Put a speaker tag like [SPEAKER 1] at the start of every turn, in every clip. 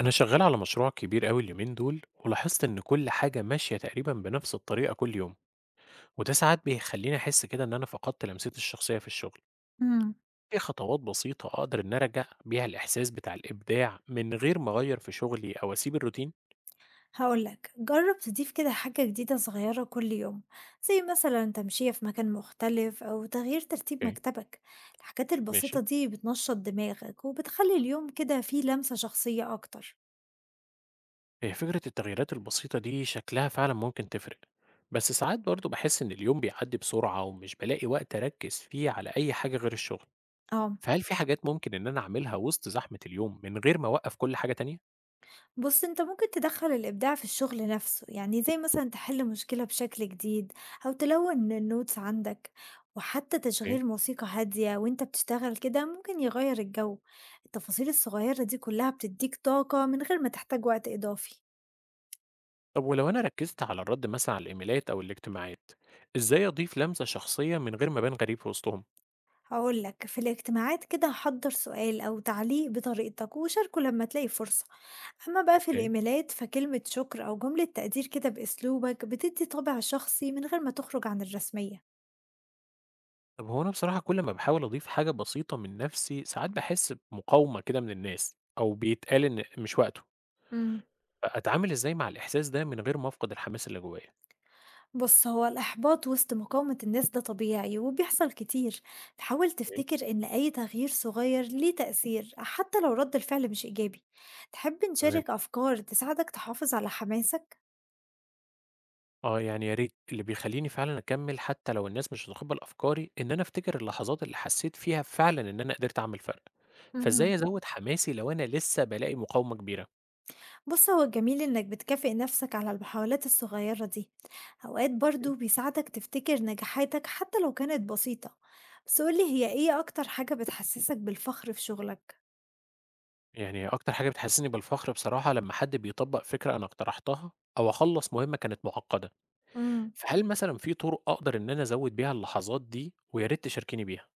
[SPEAKER 1] أنا شغال على مشروع كبير أوي اليومين دول، ولاحظت إن كل حاجة ماشية تقريبا بنفس الطريقة كل يوم. وده ساعات بيخليني أحس كده إن أنا فقدت لمستي الشخصية في الشغل.
[SPEAKER 2] امم.
[SPEAKER 1] إيه خطوات بسيطة أقدر إن أرجع بيها الإحساس بتاع الإبداع من غير ما أغير في شغلي أو أسيب الروتين؟
[SPEAKER 2] هقول لك جرب تضيف كده حاجة جديدة صغيرة كل يوم، زي مثلا تمشية في مكان مختلف أو تغيير ترتيب
[SPEAKER 1] أوكي.
[SPEAKER 2] مكتبك. الحاجات
[SPEAKER 1] ماشي.
[SPEAKER 2] البسيطة دي بتنشط دماغك وبتخلي اليوم كده فيه لمسة شخصية أكتر.
[SPEAKER 1] هي فكرة التغييرات البسيطة دي شكلها فعلا ممكن تفرق، بس ساعات برضه بحس إن اليوم بيعدي بسرعة ومش بلاقي وقت أركز فيه على أي حاجة غير الشغل.
[SPEAKER 2] اه.
[SPEAKER 1] فهل في حاجات ممكن إن أنا أعملها وسط زحمة اليوم من غير ما أوقف كل حاجة تانية؟
[SPEAKER 2] بُص، أنت ممكن تدخّل الإبداع في الشغل نفسه، يعني زي مثلًا تحل مشكلة بشكل جديد أو تلوّن الnotes عندك، وحتى
[SPEAKER 1] اوكي.
[SPEAKER 2] تشغيل موسيقى هادية وأنت بتشتغل كده ممكن يغيّر الجو. التفاصيل الصغيّرة دي كلّها بتدّيك طاقة من غير ما تحتاج وقت إضافي.
[SPEAKER 1] طب ولو أنا ركزت على الرد مثلا على الإيميلات أو الاجتماعات، إزاي أضيف لمسة شخصية من غير ما أبان غريب في وسطهم؟
[SPEAKER 2] هاقول لك في الاجتماعات كده حضّر سؤال أو تعليق بطريقتك وشاركه لمّا تلاقي فرصة. أمّا بقى في
[SPEAKER 1] اوكي.
[SPEAKER 2] الإيميلات فكلمة شكر أو جملة تقدير كده بأسلوبك بتدّي طابع شخصي من غير ما تخرج عن الرسمية.
[SPEAKER 1] طب هو أنا بصراحة كل ما بحاول أضيف حاجة بسيطة من نفسي ساعات بحس بمقاومة كده من الناس أو بيتقال إن مش وقته،
[SPEAKER 2] إمم.
[SPEAKER 1] أتعامل إزاي مع الإحساس ده من غير ما أفقد الحماس اللي جوايا؟
[SPEAKER 2] بص هو الإحباط وسط مقاومة الناس ده طبيعي وبيحصل كتير. تحاول
[SPEAKER 1] اوكي.
[SPEAKER 2] تفتكر إن أي تغيير صغير ليه تأثير حتى لو رد الفعل مش إيجابي. تحب
[SPEAKER 1] تمام.
[SPEAKER 2] نشارك أفكار تساعدك تحافظ على حماسك؟
[SPEAKER 1] آه، يعني يا ريت اللي بيخليني فعلا أكمل حتى لو الناس مش هتتقبل أفكاري إن أنا أفتكر اللحظات اللي حسيت فيها فعلا إن أنا قدرت أعمل فرق. فإزاي
[SPEAKER 2] مهم.
[SPEAKER 1] أزود حماسي لو أنا لسه بلاقي مقاومة كبيرة؟
[SPEAKER 2] بص هو الجميل إنك بتكافئ نفسك على المحاولات الصغيرة دي. أوقات برضو بيساعدك تفتكر نجاحاتك حتى لو كانت بسيطة. بس قولي هي إيه أكتر حاجة بتحسسك بالفخر في شغلك؟
[SPEAKER 1] يعني أكتر حاجة بتحسسني بالفخر بصراحة لما حد بيطبّق فكرة أنا اقترحتها أو أخلّص مهمة كانت معقدة.
[SPEAKER 2] مم.
[SPEAKER 1] فهل مثلًا في طرق أقدر إن أنا أزوّد بيها اللحظات دي ويا ريت تشاركيني بيها؟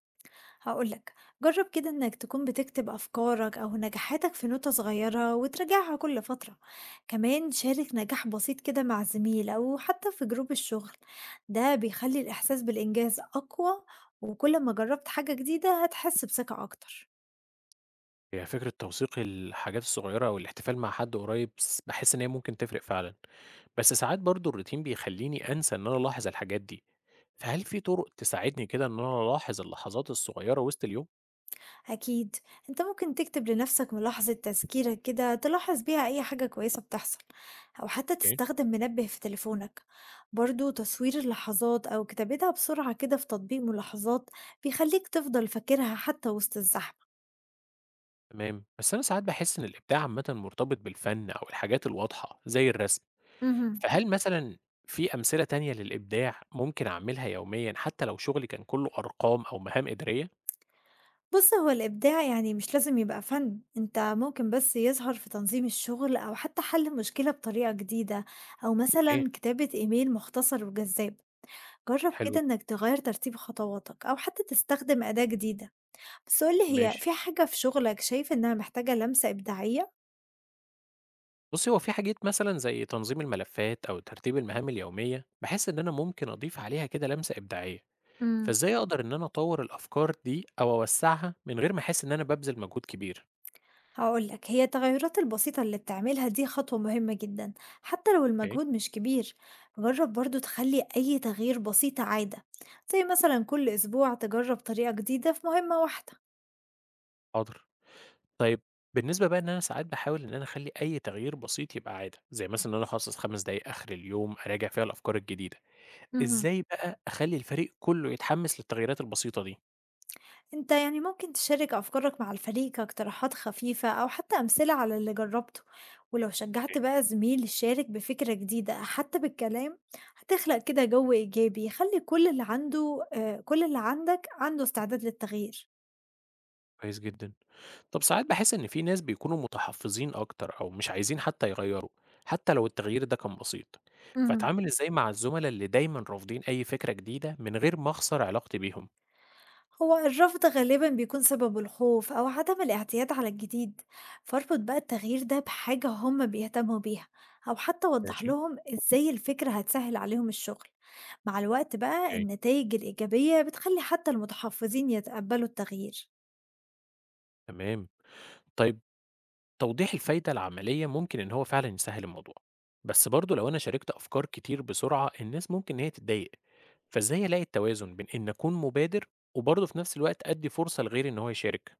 [SPEAKER 2] هاقول لك جرب كده إنك تكون بتكتب أفكارك أو نجاحاتك في نوتة صغيرة وتراجعها كل فترة. كمان شارك نجاح بسيط كده مع زميل أو حتى في جروب الشغل. ده بيخلي الإحساس بالإنجاز أقوى. وكل ما جربت حاجة جديدة هتحس بثقة أكتر.
[SPEAKER 1] هي فكرة توثيق الحاجات الصغيرة أو الاحتفال مع حد قريب س باحس إن هي ممكن تفرق فعلًا، بس ساعات برضه الروتين بيخلّيني أنسى إن أنا ألاحظ الحاجات دي. فهل في طرق تساعدني كده إن أنا ألاحظ اللحظات الصغيرة وسط اليوم؟
[SPEAKER 2] أكيد. أنت ممكن تكتب لنفسك ملاحظة تذكيرة كده تلاحظ بيها أي حاجة كويسة بتحصل، أو حتى
[SPEAKER 1] أوكي.
[SPEAKER 2] تستخدم منبه في تليفونك. برضو تصوير اللحظات أو كتابتها بسرعة كده في تطبيق ملاحظات بيخليك تفضل فاكرها حتى وسط الزحمة.
[SPEAKER 1] تمام. بس أنا ساعات باحس إن الإبداع عامةً مرتبط بالفن أو الحاجات الواضحة زي الرسم.
[SPEAKER 2] مهم.
[SPEAKER 1] فهل مثلًا في أمثلة تانية للإبداع ممكن أعملها يوميًا حتى لو شغلي كان كلّه أرقام أو مهام إدارية؟
[SPEAKER 2] بص هو الإبداع يعني مش لازم يبقى فن، أنت ممكن بس يظهر في تنظيم الشغل أو حتى حل مشكلة بطريقة جديدة، أو
[SPEAKER 1] إيه.
[SPEAKER 2] مثلا كتابة إيميل مختصر وجذاب. جرّب
[SPEAKER 1] حلو
[SPEAKER 2] كده
[SPEAKER 1] ده.
[SPEAKER 2] إنك تغيّر ترتيب خطواتك أو حتى تستخدم أداة جديدة. بس قُل لي هي
[SPEAKER 1] ماشي.
[SPEAKER 2] في حاجة في شغلك شايف إنها محتاجة لمسة إبداعية؟
[SPEAKER 1] بُصّي، هو في حاجات مثلًا زي تنظيم الملفات أو ترتيب المهام اليومية، باحس إن أنا ممكن أضيف عليها كده لمسة إبداعية.
[SPEAKER 2] امم.
[SPEAKER 1] فإزاي أقدر إن أنا أطوّر الأفكار دي أو أوسّعها من غير ما أحس إن أنا بابذل مجهود كبير؟
[SPEAKER 2] هاقول لك، هي التغيرات البسيطة اللي بتعملها دي خطوة مهمة جدًا، حتى لو
[SPEAKER 1] أوكي.
[SPEAKER 2] المجهود مش كبير. جرّب برضه تخلّي أي تغيير بسيط عادة، زي مثلًا كل أسبوع تجرّب طريقة جديدة في مهمة واحدة.
[SPEAKER 1] حاضر. طيب بالنسبة بقى إن أنا ساعات باحاول إن أنا أخلّي أي تغيير بسيط يبقى عادة، زي مثلًا إن أنا أخصّص 5 دقايق آخر اليوم أراجع فيها الأفكار الجديدة.
[SPEAKER 2] اهم.
[SPEAKER 1] إزاي بقى أخلّي الفريق كلّه يتحمّس للتغييرات البسيطة دي؟
[SPEAKER 2] أنت يعني ممكن تشارك أفكارك مع الفريق كاقتراحات خفيفة أو حتى أمثلة على اللي جربته. ولو
[SPEAKER 1] أوكي.
[SPEAKER 2] شجعت بقى زميل يشارك بفكرة جديدة حتى بالكلام، هتخلق كده جو إيجابي يخلي كل اللي عندك عنده استعداد للتغيير.
[SPEAKER 1] كويس جدًا. طب ساعات باحس إن في ناس بيكونوا متحفّظين أكتر أو مش عايزين حتى يغيّروا، حتى لو التغيير ده كان بسيط. فأتعامل إزاي مع الزملا اللي دايمًا رافضين أي فكرة جديدة من غير ما أخسر علاقتي بيهم؟
[SPEAKER 2] هو الرفض غالبا بيكون سببه الخوف أو عدم الاعتياد على الجديد، فاربط بقى التغيير ده بحاجة هم بيهتموا بيها أو حتى وضح
[SPEAKER 1] ماشي.
[SPEAKER 2] لهم إزاي الفكرة هتسهل عليهم الشغل. مع الوقت بقى
[SPEAKER 1] أوكي.
[SPEAKER 2] النتائج الإيجابية بتخلي حتى المتحفظين يتقبلوا التغيير.
[SPEAKER 1] تمام. طيب توضيح الفايدة العملية ممكن إن هو فعلا يسهل الموضوع، بس برضه لو أنا شاركت أفكار كتير بسرعة الناس ممكن إن هي تتضايق. فإزاي ألاقي التوازن بين إن أكون مبادر وبرضه في نفس الوقت أدي فرصة لغيري إن هو يشارك؟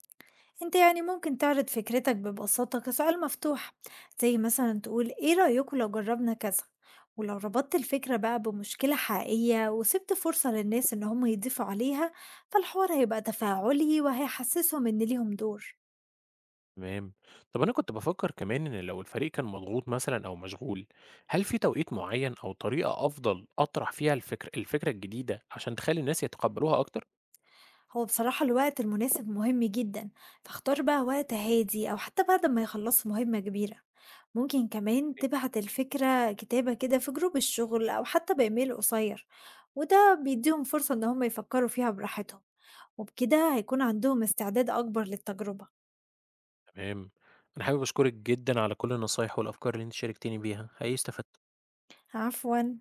[SPEAKER 2] انت يعني ممكن تعرض فكرتك ببساطة كسؤال مفتوح، زي مثلا تقول ايه رأيكم لو جربنا كذا. ولو ربطت الفكرة بقى بمشكلة حقيقية وسبت فرصة للناس ان هم يضيفوا عليها، فالحوار هيبقى تفاعلي وهيحسسهم ان ليهم دور.
[SPEAKER 1] تمام. طب أنا كنت بفكر كمان إن لو الفريق كان مضغوط مثلا أو مشغول، هل في توقيت معين أو طريقة أفضل أطرح فيها الفكرة الجديدة عشان تخلي الناس يتقبلوها أكتر؟
[SPEAKER 2] هو بصراحة الوقت المناسب مهم جدا، فاختار بقى وقت هادي أو حتى بعد ما يخلصوا مهمة كبيرة. ممكن كمان تبعت الفكرة كتابة كده في جروب الشغل أو حتى بإيميل قصير، وده بيديهم فرصة إن هم يفكروا فيها براحتهم. وبكده هيكون عندهم استعداد أكبر للتجربة.
[SPEAKER 1] تمام. أنا حابب أشكرك جدا على كل النصايح والأفكار اللي أنت شاركتني بيها، هي استفدت.
[SPEAKER 2] عفوا.